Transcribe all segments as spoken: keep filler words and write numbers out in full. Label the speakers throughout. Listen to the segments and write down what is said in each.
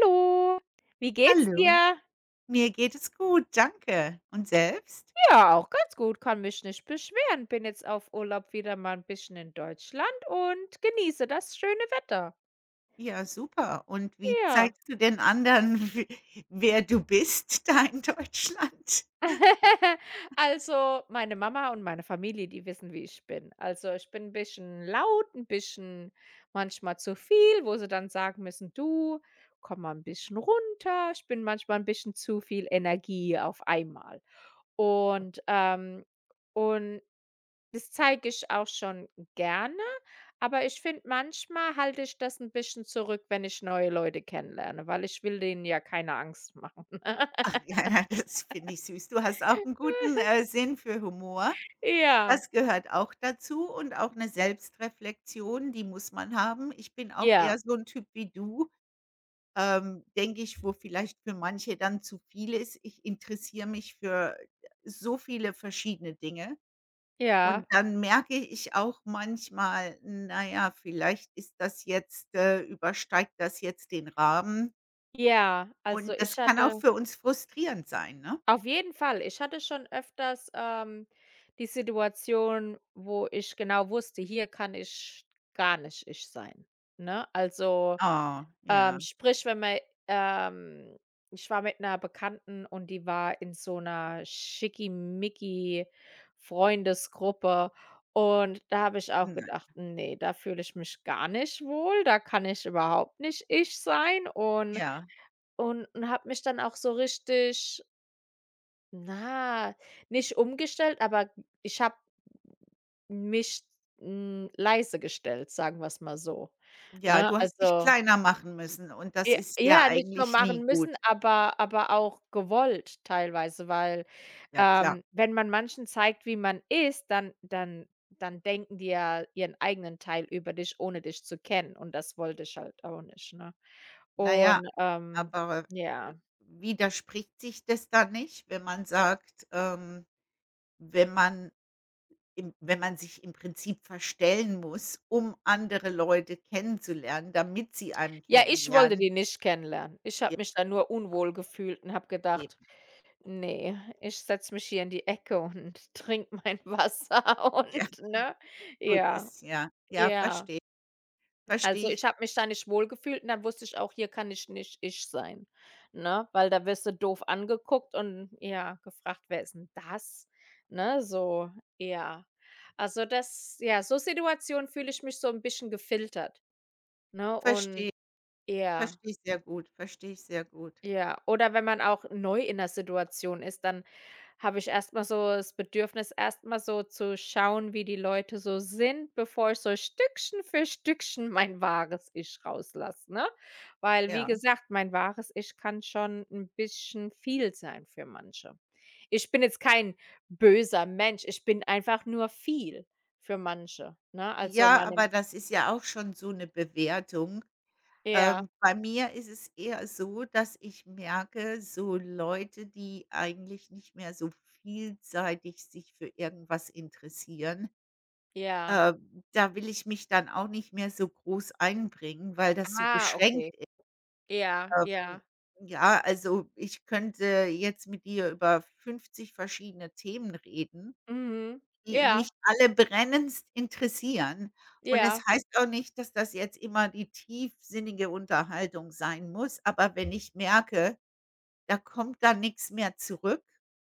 Speaker 1: Hallo, wie geht's
Speaker 2: Hallo,
Speaker 1: dir?
Speaker 2: mir geht es gut, danke. Und selbst?
Speaker 1: Ja, auch ganz gut, kann mich nicht beschweren. Bin jetzt auf Urlaub wieder mal 'n bisschen in Deutschland und genieße das schöne Wetter.
Speaker 2: Ja, super. Und wie
Speaker 1: Ja.
Speaker 2: zeigst du den anderen, w wer du bist da in Deutschland?
Speaker 1: Also, meine Mama und meine Familie, die wissen, wie ich bin. Also, ich bin 'n bisschen laut, ein bisschen manchmal zu viel, wo sie dann sagen müssen: „Du, komm mal ein bisschen runter." Ich bin manchmal ein bisschen zu viel Energie auf einmal. Und, ähm und das zeige ich auch schon gerne, aber ich finde, manchmal halte ich das 'n bisschen zurück, wenn ich neue Leute kennenlerne, weil ich will denen ja keine Angst machen.
Speaker 2: Ach ja, na, das finde ich süß. Du hast auch einen guten, äh, Sinn für Humor.
Speaker 1: Ja,
Speaker 2: Das gehört auch dazu und auch eine Selbstreflexion, die muss man haben. Ich bin auch
Speaker 1: ja,
Speaker 2: eher so ein Typ wie du, ähm, denke ich, wo vielleicht für manche dann zu viel ist. Ich interessiere mich für so viele verschiedene Dinge.
Speaker 1: ja,
Speaker 2: Und dann merke ich auch manchmal, na ja, vielleicht ist das jetzt äh, übersteigt das jetzt den Rahmen
Speaker 1: ja. Also,
Speaker 2: und
Speaker 1: ich
Speaker 2: das kann auch
Speaker 1: hatte
Speaker 2: für uns frustrierend sein, ne?
Speaker 1: auf jeden Fall, ich hatte schon öfters, ähm, die Situation, wo ich genau wusste, hier kann ich gar nicht ich sein, ne? Also
Speaker 2: Oh, ja.
Speaker 1: Ähm, sprich, wenn man ähm, ich war mit einer Bekannten und die war in so 'ner Schickimicki-Freundesgruppe und da habe ich auch gedacht:
Speaker 2: Nein.
Speaker 1: nee, da fühle ich mich gar nicht wohl, da kann ich überhaupt nicht ich sein" und
Speaker 2: Ja.
Speaker 1: und und habe mich dann auch so richtig, na, nicht umgestellt, aber ich habe mich, hm, leise gestellt, sagen wir es mal so,
Speaker 2: Ja,
Speaker 1: ne?
Speaker 2: du hast dich
Speaker 1: Also
Speaker 2: kleiner machen müssen und das
Speaker 1: J
Speaker 2: ist ja
Speaker 1: ja, nicht nur
Speaker 2: eigentlich nie
Speaker 1: machen müssen,
Speaker 2: gut.
Speaker 1: aber aber auch gewollt teilweise, weil,
Speaker 2: Ja, klar.
Speaker 1: ähm, wenn man manchen zeigt, wie man ist, dann dann dann denken die ja ihren eigenen Teil über dich, ohne dich zu kennen, und das wollte ich halt auch nicht, ne?
Speaker 2: Na ja,
Speaker 1: Und, ähm,
Speaker 2: aber, äh,
Speaker 1: ja.
Speaker 2: widerspricht sich das dann nicht, wenn man sagt, ähm, wenn man Im wenn man sich im Prinzip verstellen muss, um andere Leute kennenzulernen, damit sie einen
Speaker 1: Ja, ich wollte
Speaker 2: kennenlernen.
Speaker 1: die nicht kennenlernen. Ich habe
Speaker 2: Ja
Speaker 1: mich da nur unwohl gefühlt und habe gedacht:
Speaker 2: eben,
Speaker 1: nee, ich setze mich hier in die Ecke und trinke mein Wasser"
Speaker 2: ja,
Speaker 1: und ne?
Speaker 2: gut
Speaker 1: Ja,
Speaker 2: ist, ja. Ja,
Speaker 1: ja.
Speaker 2: verstehe.
Speaker 1: Also,
Speaker 2: Verstehe ich,
Speaker 1: ich habe mich da nicht wohlgefühlt und dann wusste ich auch, hier kann ich nicht ich sein, ne? Weil da wirst du doof angeguckt und, ja, gefragt: „Wer ist 'n das?" Ne, so, ja. Also, das, ja, so Situationen fühle ich mich so ein bisschen gefiltert, ne? Und
Speaker 2: verstehe
Speaker 1: ja,
Speaker 2: verstehe ich sehr gut, verstehe ich sehr gut,
Speaker 1: ja. Oder wenn man auch neu in der Situation ist, dann habe ich erstmal so das Bedürfnis, erstmal so zu schauen, wie die Leute so sind, bevor ich so Stückchen für Stückchen mein wahres Ich rauslasse, ne? Weil, wie
Speaker 2: ja.
Speaker 1: gesagt, mein wahres Ich kann schon ein bisschen viel sein für manche. Ich bin jetzt kein böser Mensch, ich bin einfach nur viel für manche, ne? Also,
Speaker 2: Ja,
Speaker 1: meine
Speaker 2: aber das ist ja auch schon so eine Bewertung.
Speaker 1: ja,
Speaker 2: Ähm, bei mir ist es eher so, dass ich merke, so Leute, die eigentlich nicht mehr so vielseitig sich für irgendwas interessieren.
Speaker 1: ja.
Speaker 2: Äh, da will ich mich dann auch nicht mehr so groß einbringen, weil das so
Speaker 1: Ah, okay.
Speaker 2: beschränkt ist.
Speaker 1: Ja,
Speaker 2: Ähm,
Speaker 1: ja.
Speaker 2: ja, also ich könnte jetzt mit dir über fünfzig verschiedene Themen reden,
Speaker 1: Mhm.
Speaker 2: die mich
Speaker 1: Ja,
Speaker 2: alle brennendst interessieren. Und es
Speaker 1: ja,
Speaker 2: heißt auch nicht, dass das jetzt immer die tiefsinnige Unterhaltung sein muss, aber wenn ich merke, da kommt da nichts mehr zurück,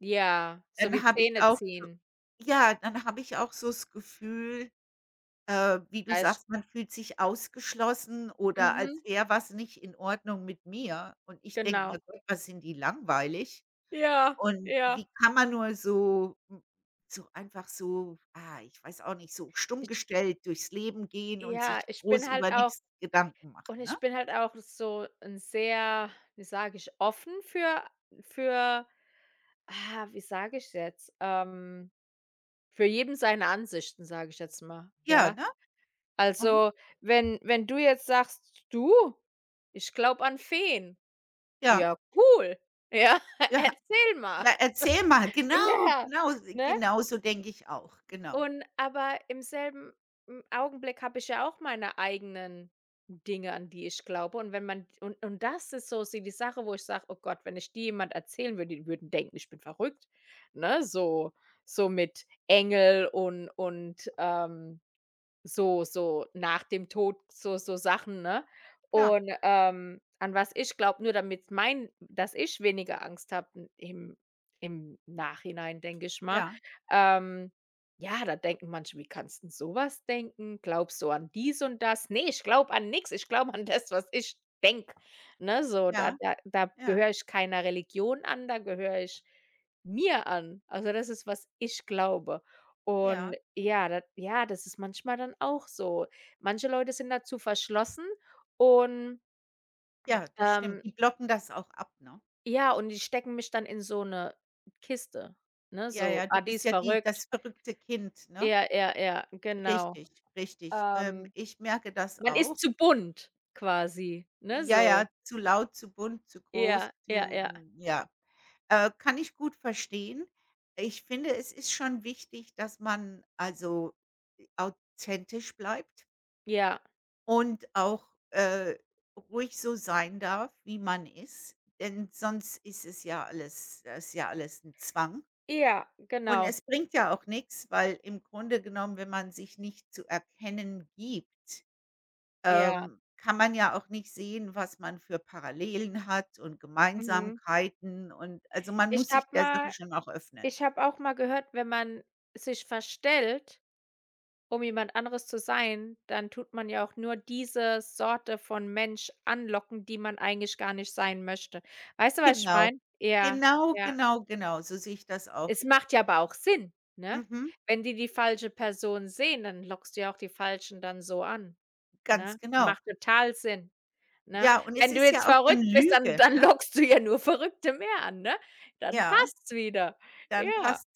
Speaker 1: ja. So
Speaker 2: dann
Speaker 1: wie
Speaker 2: habe ich auch so
Speaker 1: Zähneziehen.
Speaker 2: ja, dann habe ich auch so das Gefühl Äh, wie du
Speaker 1: Da ist
Speaker 2: sagst, man fühlt sich ausgeschlossen oder als
Speaker 1: Mhm,
Speaker 2: wäre was nicht in Ordnung mit mir. Und ich denke mir:
Speaker 1: genau.
Speaker 2: „Gott, was sind die langweilig?“
Speaker 1: Ja,
Speaker 2: Und
Speaker 1: ja.
Speaker 2: wie kann man nur so m so einfach so, ah, ich weiß auch nicht, so stumm
Speaker 1: Ich
Speaker 2: gestellt durchs Leben gehen und sich
Speaker 1: Ja, ich
Speaker 2: groß
Speaker 1: bin halt
Speaker 2: über
Speaker 1: auch
Speaker 2: nichts Gedanken
Speaker 1: und
Speaker 2: machen, ne?
Speaker 1: ich bin halt auch so ein sehr, wie sage ich, offen für für ah, wie sage ich jetzt? Ähm, für jeden seine Ansichten, sage ich jetzt mal,
Speaker 2: Ja,
Speaker 1: ja?
Speaker 2: ne? Mhm.
Speaker 1: Also, wenn wenn du jetzt sagst: „Du, ich glaube an Feen."
Speaker 2: Ja,
Speaker 1: Ja, cool. Ja,
Speaker 2: ja.
Speaker 1: erzähl mal.
Speaker 2: Na erzähl mal. Genau,
Speaker 1: Ja,
Speaker 2: genau,
Speaker 1: ne?
Speaker 2: genau so denke ich auch. Genau.
Speaker 1: Und aber im selben, hm, Augenblick habe ich ja auch meine eigenen Dinge, an die ich glaube. Und wenn man und und das ist so sie- die Sache, wo ich sage: „Oh Gott, wenn ich die jemand erzählen würde, die würden denken, ich bin verrückt", ne? So so mit Engel und und, ähm so so nach dem Tod, so so Sachen, ne?
Speaker 2: Klar.
Speaker 1: Und, ähm, an was ich glaube, nur damit mein dass ich weniger Angst habe im im Nachhinein, denke ich mal.
Speaker 2: Ja,
Speaker 1: Ähm, ja, da denken manche: „Wie kannst du so was denken? Glaubst du an dies und das?" Nee, ich glaube an nichts. Ich glaube an das, was ich denke, ne, so. Da
Speaker 2: ja,
Speaker 1: da da
Speaker 2: ja,
Speaker 1: gehöre ich keiner Religion an, da gehöre ich mir an. Also, das ist, was ich glaube.
Speaker 2: ja,
Speaker 1: Und ja, da, ja, das ist manchmal dann auch so. Manche Leute sind dazu verschlossen und,
Speaker 2: ja, das stimmt.
Speaker 1: ähm
Speaker 2: Die blocken das auch ab, ne?
Speaker 1: ja, und die stecken mich dann in so eine Kiste, ne,
Speaker 2: Ja,
Speaker 1: so:
Speaker 2: ja, du
Speaker 1: „Ah, die
Speaker 2: bist
Speaker 1: ist
Speaker 2: ja die
Speaker 1: verrückt."
Speaker 2: das verrückte Kind, ne?
Speaker 1: Ja, ja, ja, genau.
Speaker 2: Richtig, richtig. Ähm,
Speaker 1: Ähm,
Speaker 2: ich merke das
Speaker 1: Man ist
Speaker 2: auch.
Speaker 1: zu bunt quasi, ne,
Speaker 2: Ja,
Speaker 1: so.
Speaker 2: ja, zu laut, zu bunt, zu groß,
Speaker 1: Ja, ja,
Speaker 2: zu
Speaker 1: ja,
Speaker 2: hm, ja. Äh, kann ich gut verstehen. Ich finde, es ist schon wichtig, dass man also äh, authentisch bleibt
Speaker 1: ja.
Speaker 2: und auch, äh, ruhig so sein darf, wie man ist, denn sonst ist es ja alles das ist ja alles ein Zwang.
Speaker 1: Ja,
Speaker 2: Und
Speaker 1: genau.
Speaker 2: es bringt ja auch nichts, weil im Grunde genommen, wenn man sich nicht zu erkennen gibt,
Speaker 1: Ja,
Speaker 2: ähm, kann man ja auch nicht sehen, was man für Parallelen hat und
Speaker 1: mhm.
Speaker 2: Gemeinsamkeiten und also, man
Speaker 1: Ich
Speaker 2: muss sich
Speaker 1: habe
Speaker 2: der Sache
Speaker 1: mal
Speaker 2: schon auch öffnen.
Speaker 1: ich habe auch mal gehört, wenn man sich verstellt, um jemand anderes zu sein, dann tut man ja auch nur diese Sorte von Mensch anlocken, die man eigentlich gar nicht sein möchte. Weißt du, was ich
Speaker 2: Genau.
Speaker 1: meine? Ja,
Speaker 2: Genau,
Speaker 1: ja.
Speaker 2: genau, genau, so sehe ich das auch.
Speaker 1: Es macht ja aber auch Sinn, ne?
Speaker 2: Mhm,
Speaker 1: Wenn die die falsche Person sehen, dann lockst du ja auch die Falschen dann so an,
Speaker 2: ganz
Speaker 1: ne?
Speaker 2: genau.
Speaker 1: Macht total Sinn, ne?
Speaker 2: Ja, und es
Speaker 1: Wenn du
Speaker 2: ist ja
Speaker 1: jetzt
Speaker 2: auch so eine
Speaker 1: verrückt bist, dann
Speaker 2: Lüge,
Speaker 1: dann
Speaker 2: ne?
Speaker 1: lockst du ja nur Verrückte mehr an, ne? Dann
Speaker 2: Ja.
Speaker 1: passt's wieder.
Speaker 2: Dann
Speaker 1: Ja,
Speaker 2: passt.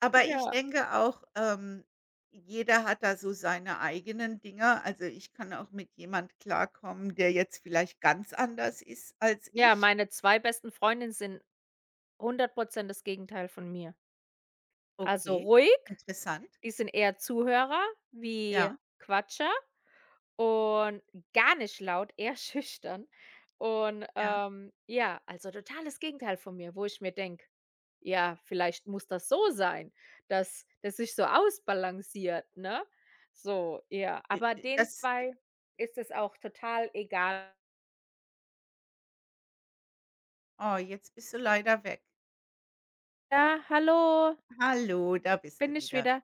Speaker 2: Aber ich
Speaker 1: ja.
Speaker 2: denke auch, ähm, jeder hat da so seine eigenen Dinger. Also, ich kann auch mit jemand klarkommen, der jetzt vielleicht ganz anders ist als
Speaker 1: Ja,
Speaker 2: ich.
Speaker 1: meine zwei besten Freundinnen sind hundert Prozent das Gegenteil von mir. Also
Speaker 2: Okay.
Speaker 1: ruhig,
Speaker 2: Interessant.
Speaker 1: die sind eher Zuhörer wie
Speaker 2: Ja,
Speaker 1: Quatscher und gar nicht laut, eher schüchtern. Und,
Speaker 2: ja.
Speaker 1: ähm, ja, also totales Gegenteil von mir, wo ich mir denke: „Ja, vielleicht muss das so sein, dass das sich so ausbalanciert", ne? So, ja.
Speaker 2: Äh,
Speaker 1: Aber
Speaker 2: äh
Speaker 1: den
Speaker 2: Das
Speaker 1: zwei ist es auch total egal.
Speaker 2: oh, jetzt bist du leider weg.
Speaker 1: „Ja, hallo,
Speaker 2: Hallo, da bist
Speaker 1: bin
Speaker 2: du
Speaker 1: ich
Speaker 2: wieder.
Speaker 1: wieder."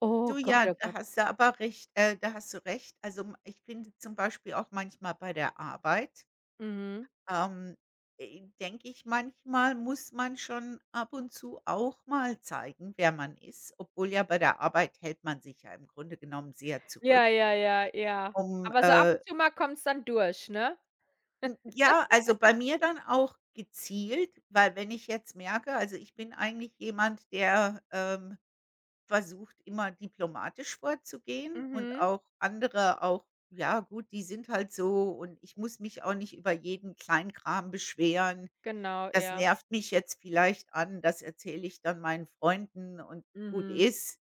Speaker 1: Oh
Speaker 2: Du,
Speaker 1: Gott,
Speaker 2: ja,
Speaker 1: oh
Speaker 2: da
Speaker 1: Gott.
Speaker 2: hast du aber recht, äh, da hast du recht. Also, m ich finde zum Beispiel auch manchmal bei der Arbeit.
Speaker 1: Mhm.
Speaker 2: Ähm, äh, Denke ich, manchmal muss man schon ab und zu auch mal zeigen, wer man ist, obwohl ja bei der Arbeit hält man sich ja im Grunde genommen sehr zurück.
Speaker 1: Ja, ja, ja, ja.
Speaker 2: um,
Speaker 1: Aber so ab
Speaker 2: äh
Speaker 1: und zu mal kommt's dann durch, ne?
Speaker 2: j ja, also bei mir dann auch gezielt, weil wenn ich jetzt merke, also ich bin eigentlich jemand, der, ähm, versucht, immer diplomatisch vorzugehen und
Speaker 1: Mhm.
Speaker 2: auch andere auch, ja gut, die sind halt so und ich muss mich auch nicht über jeden Kleinkram beschweren.
Speaker 1: Genau,
Speaker 2: Das
Speaker 1: ja.
Speaker 2: nervt mich jetzt vielleicht an, das erzähle ich dann meinen Freunden und gut
Speaker 1: Mhm.
Speaker 2: ist.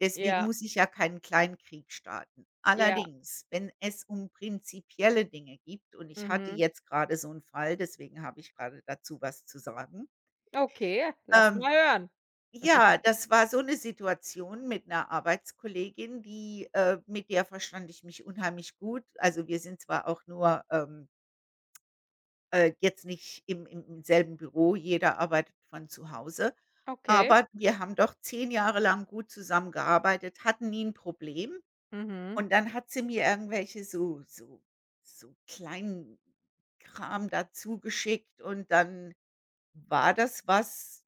Speaker 2: Deswegen
Speaker 1: Ja,
Speaker 2: muss ich ja keinen Kleinkrieg starten.
Speaker 1: ja.
Speaker 2: Allerdings, wenn es um prinzipielle Dinge gibt und ich hatte
Speaker 1: Mhm.
Speaker 2: jetzt gerade so 'n Fall, deswegen habe ich gerade dazu was zu sagen.
Speaker 1: Okay, lass
Speaker 2: Ähm,
Speaker 1: mal hören.
Speaker 2: ja, das war so 'ne Situation mit 'ner Arbeitskollegin, die äh, mit der verstand ich mich unheimlich gut. Also, wir sind zwar auch nur, ähm Äh, jetzt nicht im im im selben Büro, jeder arbeitet von zu Hause.
Speaker 1: Okay.
Speaker 2: Aber wir haben doch zehn Jahre lang gut zusammengearbeitet, hatten nie ein Problem.
Speaker 1: Mhm.
Speaker 2: Und dann hat sie mir irgendwelche so so so kleinen Kram dazu geschickt und dann war das was,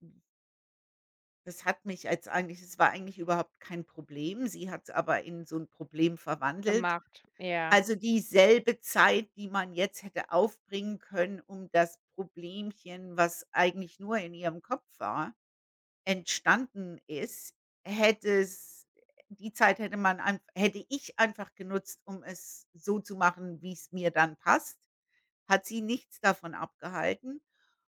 Speaker 2: das hat mich als eigentlich es war eigentlich überhaupt kein Problem. Sie hat es aber in so ein Problem verwandelt.
Speaker 1: Gemacht. Ja.
Speaker 2: Also, dieselbe Zeit, die man jetzt hätte aufbringen können, um das Problemchen, was eigentlich nur in ihrem Kopf war, entstanden ist, hätte es die Zeit hätte man einf hätte ich einfach genutzt, um es so zu machen, wie es mir dann passt. Hat sie nichts davon abgehalten.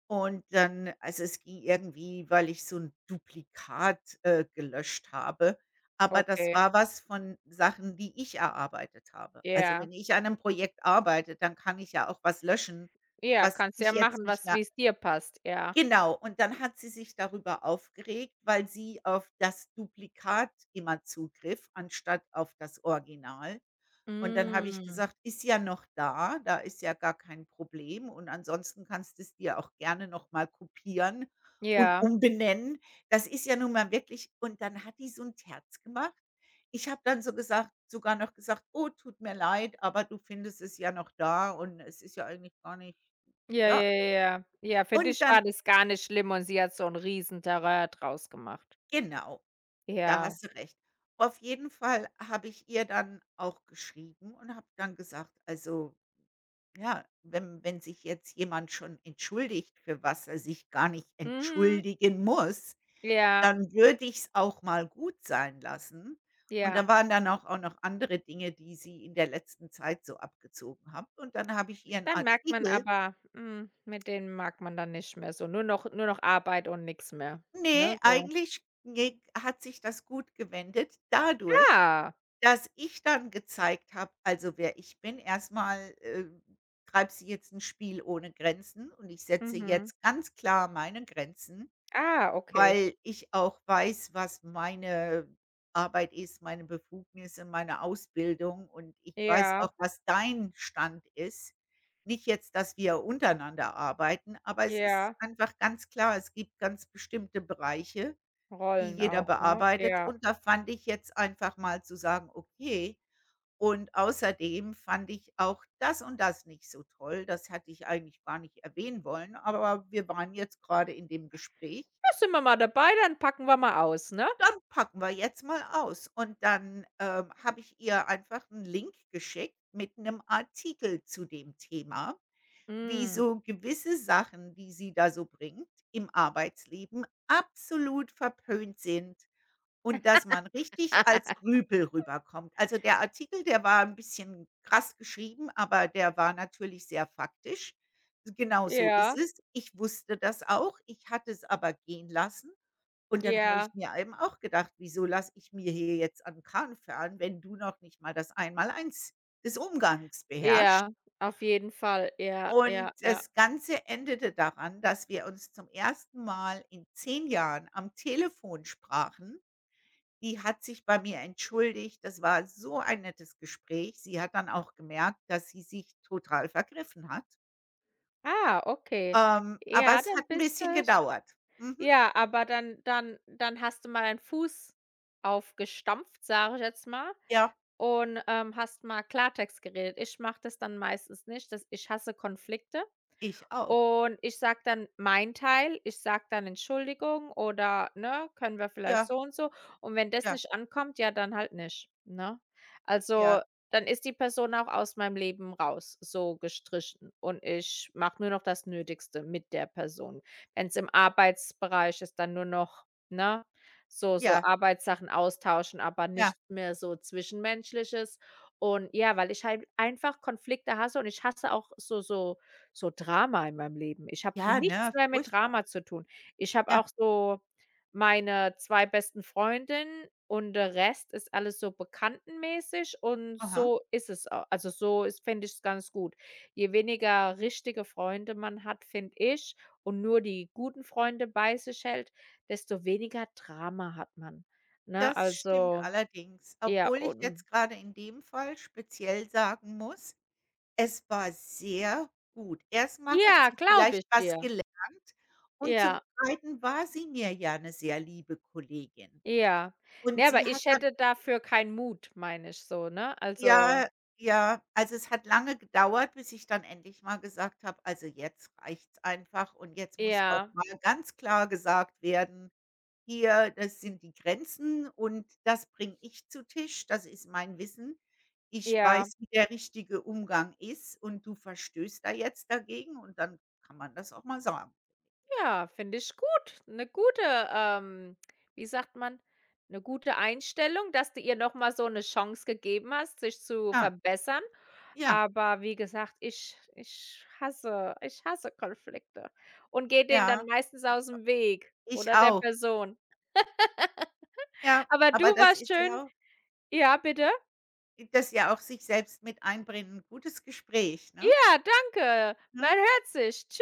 Speaker 2: Und dann, also, es ging irgendwie, weil ich so 'n Duplikat, äh, gelöscht habe. Aber das
Speaker 1: Okay.
Speaker 2: war was von Sachen, die ich erarbeitet habe. Also,
Speaker 1: Ja.
Speaker 2: wenn ich an 'nem Projekt arbeite, dann kann ich ja auch was löschen,
Speaker 1: Ja,
Speaker 2: was
Speaker 1: kannst
Speaker 2: ich
Speaker 1: ja
Speaker 2: jetzt
Speaker 1: machen,
Speaker 2: nicht
Speaker 1: was,
Speaker 2: mehr,
Speaker 1: wie's dir passt, ja.
Speaker 2: genau, und dann hat sie sich darüber aufgeregt, weil sie auf das Duplikat immer zugriff, anstatt auf das Original. Und dann habe ich
Speaker 1: Hm.
Speaker 2: gesagt: „Ist ja noch da, da ist ja gar kein Problem und ansonsten kannst du es dir auch gerne noch mal kopieren und
Speaker 1: Ja.
Speaker 2: umbenennen.“ Das ist ja nun mal wirklich, und dann hat die so ein Terz gemacht. Ich habe dann so gesagt sogar noch gesagt: „Oh, tut mir leid, aber du findest es ja noch da und es ist ja eigentlich gar nicht.“
Speaker 1: Ja,
Speaker 2: Ja.
Speaker 1: ja, ja, ja. Ja, für
Speaker 2: Und
Speaker 1: dich
Speaker 2: dann,
Speaker 1: war das gar nicht schlimm und sie hat so 'n Riesenterrain draus gemacht.
Speaker 2: genau, da
Speaker 1: Ja.
Speaker 2: hast du recht. Auf jeden Fall habe ich ihr dann auch geschrieben und habe dann gesagt: „Also, ja, wenn wenn sich jetzt jemand schon entschuldigt, für was er sich gar nicht
Speaker 1: Mhm.
Speaker 2: entschuldigen muss,
Speaker 1: Ja,
Speaker 2: dann würde ich's auch mal gut sein lassen.“ Und
Speaker 1: ja.
Speaker 2: da waren dann auch auch noch andere Dinge, die sie in der letzten Zeit so abgezogen hat. Und dann habe ich ihren
Speaker 1: Dann merkt man
Speaker 2: Artikel,
Speaker 1: aber, hm, mit denen mag man dann nicht mehr so. Nur noch nur noch Arbeit und nichts mehr, ne,
Speaker 2: ne,
Speaker 1: so.
Speaker 2: eigentlich, ne, hat sich das gut gewendet dadurch,
Speaker 1: Ah,
Speaker 2: dass ich dann gezeigt habe, also, wer ich bin. Erstmal äh, treibt sie jetzt ein Spiel ohne Grenzen und ich setze
Speaker 1: mhm.
Speaker 2: jetzt ganz klar meine Grenzen.
Speaker 1: Ah, okay.
Speaker 2: Weil ich auch weiß, was meine Arbeit ist, meine Befugnisse, meine Ausbildung und ich weiß
Speaker 1: Ja,
Speaker 2: auch, was dein Stand ist. Nicht jetzt, dass wir untereinander arbeiten, aber es ist
Speaker 1: ja,
Speaker 2: einfach ganz klar, es gibt ganz bestimmte Bereiche, die
Speaker 1: Rollen
Speaker 2: jeder
Speaker 1: auch, ne?
Speaker 2: bearbeitet,
Speaker 1: Ja.
Speaker 2: und da fand ich jetzt einfach mal zu sagen: „Okay, und außerdem fand ich auch das und das nicht so toll. Das hatte ich eigentlich gar nicht erwähnen wollen, aber wir waren jetzt gerade in dem Gespräch,
Speaker 1: Da sind wir mal dabei, dann packen wir mal aus, ne?
Speaker 2: dann packen wir jetzt mal aus.“ Und dann, ähm, habe ich ihr einfach einen Link geschickt mit einem Artikel zu dem Thema, wie
Speaker 1: Mhm.
Speaker 2: so gewisse Sachen, die sie da so bringt im Arbeitsleben, absolut verpönt sind. Und dass man richtig als Rüpel rüberkommt. Also, der Artikel, der war ein bisschen krass geschrieben, aber der war natürlich sehr faktisch. Genau so ist
Speaker 1: Ja,
Speaker 2: es. Ich wusste das auch, ich hatte es aber gehen lassen. Und dann habe ich
Speaker 1: ja,
Speaker 2: mir eben auch gedacht: „Wieso lasse ich mir hier jetzt an den Kragen fahren, wenn du noch nicht mal das Einmaleins des Umgangs beherrschst?“
Speaker 1: ja, auf jeden Fall. Ja,
Speaker 2: Und
Speaker 1: ja, ja.
Speaker 2: das Ganze endete daran, dass wir uns zum ersten Mal in zehn Jahren am Telefon sprachen. Die hat sich bei mir entschuldigt. Das war so ein nettes Gespräch. Sie hat dann auch gemerkt, dass sie sich total vergriffen hat.
Speaker 1: Ah, okay.
Speaker 2: Ähm, aber
Speaker 1: Ja,
Speaker 2: es hat
Speaker 1: dann
Speaker 2: 'n
Speaker 1: bist
Speaker 2: bisschen
Speaker 1: du sch
Speaker 2: gedauert. Mhm.
Speaker 1: ja, aber dann dann dann hast du mal deinen Fuß aufgestampft, sage ich jetzt mal.
Speaker 2: Ja,
Speaker 1: Und, ähm, hast mal Klartext geredet. Ich mache das dann meistens nicht, das ich hasse Konflikte.
Speaker 2: ich auch.
Speaker 1: Und ich sage dann meinen Teil. Ich sage dann: „Entschuldigung" oder, ne, „können wir vielleicht
Speaker 2: Ja,
Speaker 1: so und so". Und wenn das
Speaker 2: ja,
Speaker 1: nicht ankommt, ja, dann halt nicht, ne? Also,
Speaker 2: ja,
Speaker 1: dann ist die Person auch aus meinem Leben raus, so gestrichen. Und ich mache nur noch das Nötigste mit der Person. Wenn es im Arbeitsbereich ist, dann nur noch, ne, so so
Speaker 2: ja,
Speaker 1: Arbeitssachen austauschen, aber
Speaker 2: ja.
Speaker 1: nicht mehr so Zwischenmenschliches. Und ja, weil ich halt einfach Konflikte hasse und ich hasse auch so so so Drama in meinem Leben. Ich habe
Speaker 2: Ja, ne,
Speaker 1: nichts mehr mit
Speaker 2: furchtbar.
Speaker 1: Drama zu tun. Ich habe
Speaker 2: Ja,
Speaker 1: auch so meine zwei besten Freundinnen und der Rest ist alles so bekanntenmäßig und
Speaker 2: aha.
Speaker 1: so ist es au also, so ist, finde ich, es ganz gut. Je weniger richtige Freunde man hat, finde ich, und nur die guten Freunde bei sich hält, desto weniger Drama hat man, ne?
Speaker 2: Das stimmt
Speaker 1: Also,
Speaker 2: allerdings.
Speaker 1: ja,
Speaker 2: Obwohl ich
Speaker 1: und
Speaker 2: jetzt grade in dem Fall speziell sagen muss, es war sehr gut. Erst mal hat
Speaker 1: ja,
Speaker 2: sie
Speaker 1: glaube
Speaker 2: vielleicht
Speaker 1: ich
Speaker 2: was
Speaker 1: dir.
Speaker 2: gelernt und zum
Speaker 1: Ja.
Speaker 2: Zweiten war sie mir ja 'ne sehr liebe Kollegin.
Speaker 1: Ja.
Speaker 2: Und
Speaker 1: Ne,
Speaker 2: sie
Speaker 1: aber
Speaker 2: hat
Speaker 1: ich
Speaker 2: dann,
Speaker 1: hätte dafür keinen Mut, meine ich so, ne? Also
Speaker 2: ja, ja, also, es hat lange gedauert, bis ich dann endlich mal gesagt habe: „Also, jetzt reicht's einfach und jetzt muss auch
Speaker 1: ja,
Speaker 2: mal ganz klar gesagt werden. Hier, das sind die Grenzen und das bringe ich zu Tisch, das ist mein Wissen. Ich
Speaker 1: ja,
Speaker 2: weiß, wie der richtige Umgang ist und du verstößt da jetzt dagegen und dann kann man das auch mal sagen.“
Speaker 1: ja, finde ich gut. eine gute, ähm, wie sagt man, eine gute Einstellung, dass du ihr noch mal so eine Chance gegeben hast, sich zu
Speaker 2: Ja,
Speaker 1: verbessern.
Speaker 2: ja,
Speaker 1: Aber wie gesagt, ich ich hasse ich hasse Konflikte und gehe denen dann
Speaker 2: ja,
Speaker 1: meistens aus dem Weg
Speaker 2: ich
Speaker 1: oder der
Speaker 2: auch.
Speaker 1: Person.
Speaker 2: Ja,
Speaker 1: Aber du
Speaker 2: aber das
Speaker 1: warst
Speaker 2: ist
Speaker 1: schön.
Speaker 2: ja auch
Speaker 1: Ja, bitte?
Speaker 2: das ist ja auch sich selbst mit einbringen, gutes Gespräch, ne?
Speaker 1: Ja, danke. Man
Speaker 2: Ne?
Speaker 1: hört sich. Tsch